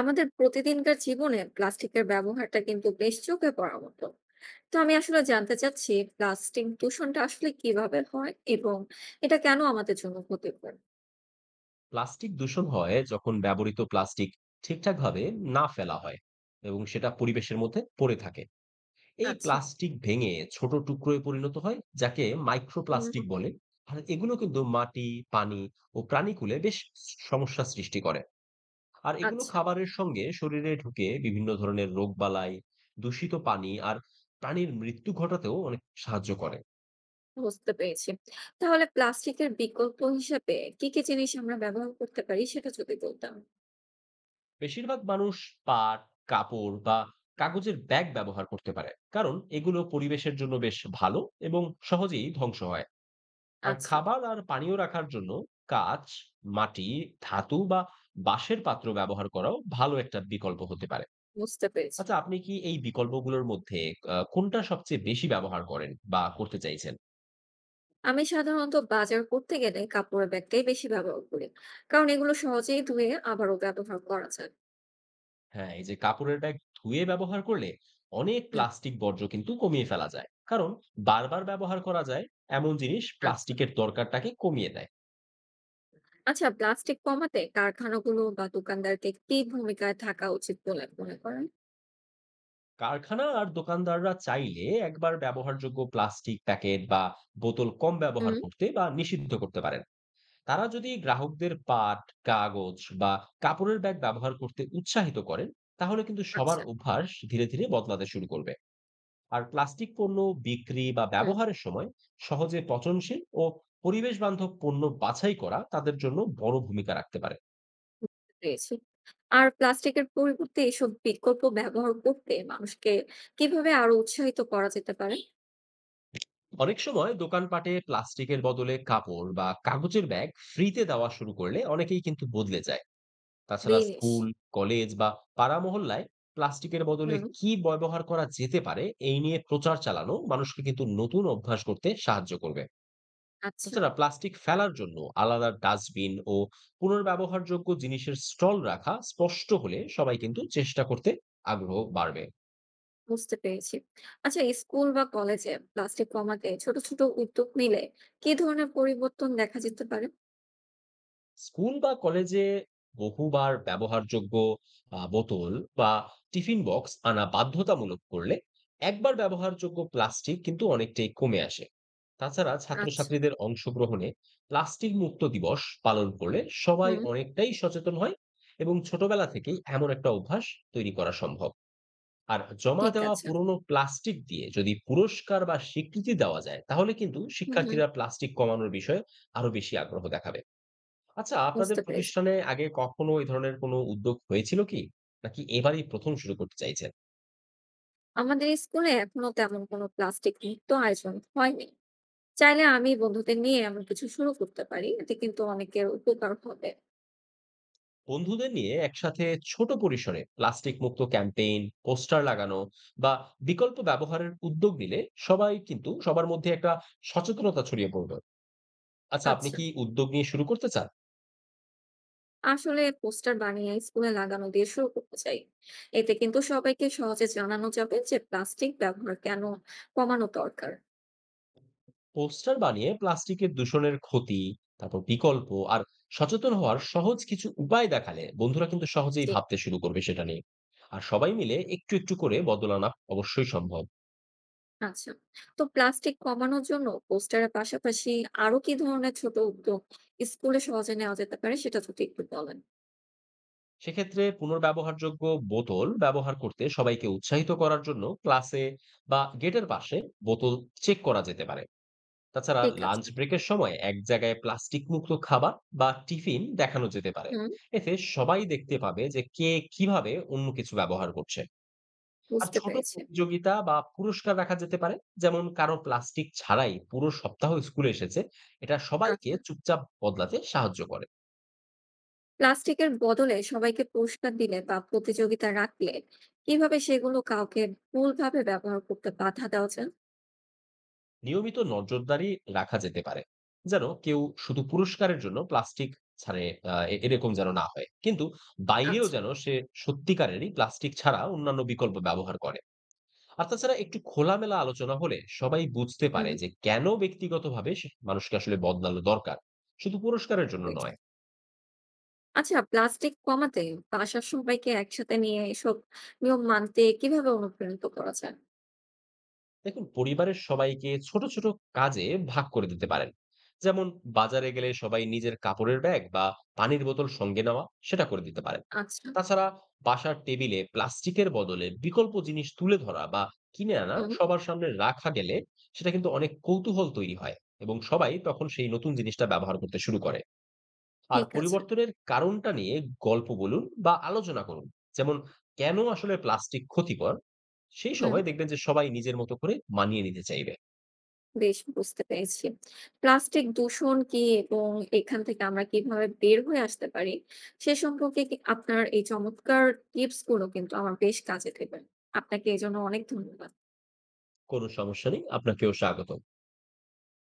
আমাদের প্রতিদিনকার জীবনে প্লাস্টিকের ব্যবহারটা কিন্তু বেশ চোখে পড়ার মতো। তো আমি আসলে জানতে চাচ্ছি, প্লাস্টিক দূষণটা আসলে কিভাবে হয় এবং এটা কেন আমাদের জন্য ক্ষতিকর। প্লাস্টিক দূষণ হয় যখন ব্যবহৃত প্লাস্টিক ঠিকঠাকভাবে না ফেলা হয় এবং সেটা পরিবেশের মধ্যে পড়ে থাকে। এই আচ্ছা। প্লাস্টিক ভেঙে ছোট টুকরোয় পরিণত হয়, যাকে উম, মাইক্রোপ্লাস্টিক বলে। আর এগুলো কিন্তু মাটি, পানি ও প্রাণীকুলে বেশ সমস্যা সৃষ্টি করে। আর এগুলো আচ্ছা। খাবারের সঙ্গে শরীরে ঢুকে বিভিন্ন ধরনের রোগবালাই, দূষিত পানি আর প্রাণীর মৃত্যু ঘটাতেও অনেক সাহায্য করে। বুঝতে পেরেছি। তাহলে প্লাস্টিকের বিকল্প হিসেবে কি কি জিনিস আমরা ব্যবহার করতে পারি সেটা যদি বলতাম। বেশিরভাগ মানুষ পাট, কাপড় বা কাগজের ব্যাগ ব্যবহার করতে পারে, কারণ এগুলো পরিবেশের জন্য বেশ ভালো এবং সহজেই ধ্বংস হয়। আর আচ্ছা। খাবার আর পানীয় রাখার জন্য কাঁচ, মাটি, ধাতু বা বাঁশের পাত্র ব্যবহার করাও ভালো একটা বিকল্প হতে পারে। বুঝতে পেরেছি। আচ্ছা, আপনি কি এই বিকল্পগুলোর মধ্যে কোনটা সবচেয়ে বেশি ব্যবহার করেন বা করতে চাইছেন? আমি সাধারণত বাজার করতে গেলে কাপড়ের ব্যাগটাই বেশি ব্যবহার করি, কারণ এগুলো সহজেই ধুয়ে আবারও ব্যবহার করা যায়। হ্যাঁ, এই যে কাপড়ের ব্যাগ ধুয়ে ব্যবহার করলে অনেক হুম। প্লাস্টিক বর্জ্য কিন্তু কমিয়ে ফেলা যায়। কারণ বারবার ব্যবহার করা যায় এমন জিনিস আচ্ছা। প্লাস্টিকের দরকারটাকে কমিয়ে দেয়। আচ্ছা, প্লাস্টিক কমাতে কারখানাগুলো বা দোকানদারকে কি ভূমিকায় থাকা উচিত বলে মনে করেন? কারখানা আর দোকানদাররা চাইলে একবার ব্যবহারযোগ্য প্লাস্টিক প্যাকেট বা বোতল কম হুম। ব্যবহার করতে বা নিষিদ্ধ করতে পারেন। তারা যদি গ্রাহকদের পাট, কাগজ বা কাপড়ের ব্যাগ ব্যবহার করতে উৎসাহিত করেন, তাহলে কিন্তু সবার আচ্ছা। অভ্যাস ধীরে ধীরে বদলাতে শুরু করবে। আর প্লাস্টিক পণ্য বিক্রি বা হুম। ব্যবহারের সময় সহজে পচনশীল ও পরিবেশ বান্ধব পণ্য বাছাই করা তাদের জন্য বড় ভূমিকা রাখতে পারে। পেয়েছি। আর প্লাস্টিকের পরিবর্তে এসব বিকল্প ব্যবহার করতে মানুষকে কিভাবে আরো উৎসাহিত করা যেতে পারে? অনেক সময় দোকানপাটে প্লাস্টিকের বদলে কাপড় বা কাগজের ব্যাগ ফ্রিতে দেওয়া শুরু করলে অনেকেই কিন্তু বদলে যায়। তাছাড়া বেশ। স্কুল, কলেজ বা পাড়া মহল্লায় প্লাস্টিকের বদলে হুম। কি ব্যবহার করা যেতে পারে এই নিয়ে প্রচার চালানো মানুষকে কিন্তু নতুন অভ্যাস করতে সাহায্য করবে। আচ্ছা। এছাড়া প্লাস্টিক ফেলার জন্য আলাদা ডাস্টবিন ও পুনর্ব্যবহারযোগ্য জিনিসের স্টল রাখা স্পষ্ট হলে সবাই কিন্তু চেষ্টা করতে আগ্রহ বাড়বে। বুঝতে পেরেছি। আচ্ছা, স্কুল বা কলেজে প্লাস্টিক কমাতে ছোট ছোট উদ্যোগ নিলে কি ধরনের পরিবর্তন দেখা যেতে পারে? স্কুল বা কলেজে বহুবার ব্যবহারযোগ্য বোতল বা টিফিন বক্স আনা বাধ্যতামূলক করলে একবার ব্যবহারযোগ্য প্লাস্টিক কিন্তু অনেকটাই কমে আসে। তাছাড়া আচ্ছা। ছাত্রছাত্রীদের অংশগ্রহণে প্লাস্টিক মুক্ত দিবস পালন করলে সবাই হুম। অনেকটাই সচেতন হয় এবং ছোটবেলা থেকেই এমন একটা অভ্যাস তৈরি করা সম্ভব। আর জমা ঠিক দেওয়া আছে। পুরনো প্লাস্টিক দিয়ে যদি পুরস্কার বা স্বীকৃতি দেওয়া যায় তাহলে কিন্তু হুম হুম। শিক্ষার্থীরা প্লাস্টিক কমানোর বিষয়ে আরো বেশি আগ্রহ দেখাবে। আচ্ছা, আপনাদের বুঝতে পেরেছি। প্রতিষ্ঠানে আগে কখনো এই ধরনের কোনো উদ্যোগ হয়েছিল কি, নাকি এবারই প্রথম শুরু করতে চাইছেন? আমাদের স্কুলে এখনো তেমন কোনো প্লাস্টিক মুক্ত আয়োজন হয়নি। চাইলে আমি বন্ধুদের নিয়ে এমন কিছু শুরু করতে পারি, এতে কিন্তু অনেকের উপকার হবে। বন্ধুদের নিয়ে একসাথে ছোট পরিসরে প্লাস্টিক মুক্ত ক্যাম্পেইন, পোস্টার লাগানো বা বিকল্প ব্যবহারের উদ্যোগ নিলে সবাই কিন্তু সবার মধ্যে একটা সচেতনতা ছড়িয়ে পড়বে। আচ্ছা, আপনি আচ্ছা। কি উদ্যোগ নিয়ে শুরু করতে চান? আসলে পোস্টার বানিয়ে স্কুলে লাগানো দিয়ে শুরু করতে চাই। এতে কিন্তু সবাইকে সহজে জানানো যাবে যে প্লাস্টিক ব্যবহার কেন কমানো দরকার। পোস্টার বানিয়ে প্লাস্টিকের দূষণের ক্ষতি, তারপর বিকল্প আর সচেতন হওয়ার সহজ কিছু উপায় দেখালে বন্ধুরা কিন্তু সহজেই জি। ভাবতে শুরু করবে সেটা নিয়ে। আর সবাই মিলে একটু একটু করে বদল আনা অবশ্যই সম্ভব। আচ্ছা। তো প্লাস্টিক কমানোর জন্য পোস্টারের পাশাপাশি আরো কি ধরনের ছোট উদ্যোগ স্কুলে সহজে নেওয়া যেতে পারে সেটা যদি একটু বলেন। সেক্ষেত্রে পুনর্ব্যবহারযোগ্য বোতল ব্যবহার করতে সবাইকে উৎসাহিত করার জন্য ক্লাসে বা গেটের পাশে বোতল চেক করা যেতে পারে। তাছাড়া ঠিক লাঞ্চ আছে। ব্রেকের সময় এক জায়গায় প্লাস্টিক মুক্ত খাবার বা টিফিন দেখানো যেতে পারে। হুম। এতে সবাই দেখতে পাবে যে কে কিভাবে অন্য কিছু ব্যবহার করছে। আর বুঝতে ছোট পেরেছি। প্রতিযোগিতা বা পুরস্কার রাখা যেতে পারে। যেমন কারো প্লাস্টিক ছাড়াই পুরো সপ্তাহ স্কুলে এসেছে। এটা সবাইকে আচ্ছা, চুপচাপ বদলাতে সাহায্য করে। প্লাস্টিকের বদলে সবাইকে পুরস্কার দিলে বা প্রতিযোগিতা রাখলে কিভাবে সেগুলো কাউকে ভুলভাবে ব্যবহার করতে বাধা দেওয়া যায়? নিয়মিত নজরদারি রাখা যেতে পারে, যেন কেউ শুধু পুরস্কারের জন্য প্লাস্টিক ছাড়ে, আ এ এরকম যেন না হয়। কিন্তু বাইরেও আচ্ছা। যেন সে সত্যিকারেরই প্লাস্টিক ছাড়া অন্যান্য বিকল্প ব্যবহার করে। আর তাছাড়া একটু খোলামেলা আলোচনা হলে সবাই বুঝতে হুম। পারে যে কেন ব্যক্তিগতভাবে সে মানুষকে আসলে বদলানো দরকার, শুধু পুরস্কারের জন্য বেশ। নয়। আচ্ছা, প্লাস্টিক কমাতে বাসার সবাইকে একসাথে নিয়ে এসব নিয়ম মানতে কিভাবে অনুপ্রাণিত করা যায়? দেখুন, পরিবারের সবাইকে ছোট ছোট কাজে ভাগ করে দিতে পারেন। যেমন বাজারে গেলে সবাই নিজের কাপড়ের ব্যাগ বা পানির বোতল সঙ্গে নেওয়া সেটা করে দিতে পারেন। আচ্ছা। তাছাড়া বাসার টেবিলে প্লাস্টিকের বদলে বিকল্প জিনিস তুলে ধরা বা কিনে আনা হুম। সবার সামনে রাখা গেলে সেটা কিন্তু অনেক কৌতূহল তৈরি হয় এবং সবাই তখন সেই নতুন জিনিসটা ব্যবহার করতে শুরু করে। আর ঠিক আছে। পরিবর্তনের কারণটা নিয়ে গল্প বলুন বা আলোচনা করুন। যেমন, কেন আসলে প্লাস্টিক ক্ষতিকর? সেই হুম। সময় দেখবেন যে সবাই নিজের মতো করে মানিয়ে নিতে চাইবে। বেশ, বুঝতে পেরেছি। প্লাস্টিক দূষণ কি এবং এখান থেকে আমরা কিভাবে বের হয়ে আসতে পারি, সে সম্পর্কে কি আপনার এই চমৎকার টিপস গুলো কিন্তু আমার বেশ কাজে দেবে। আপনাকে এজন্য অনেক ধন্যবাদ। কোন সমস্যা নেই। আপনাকেও স্বাগতম।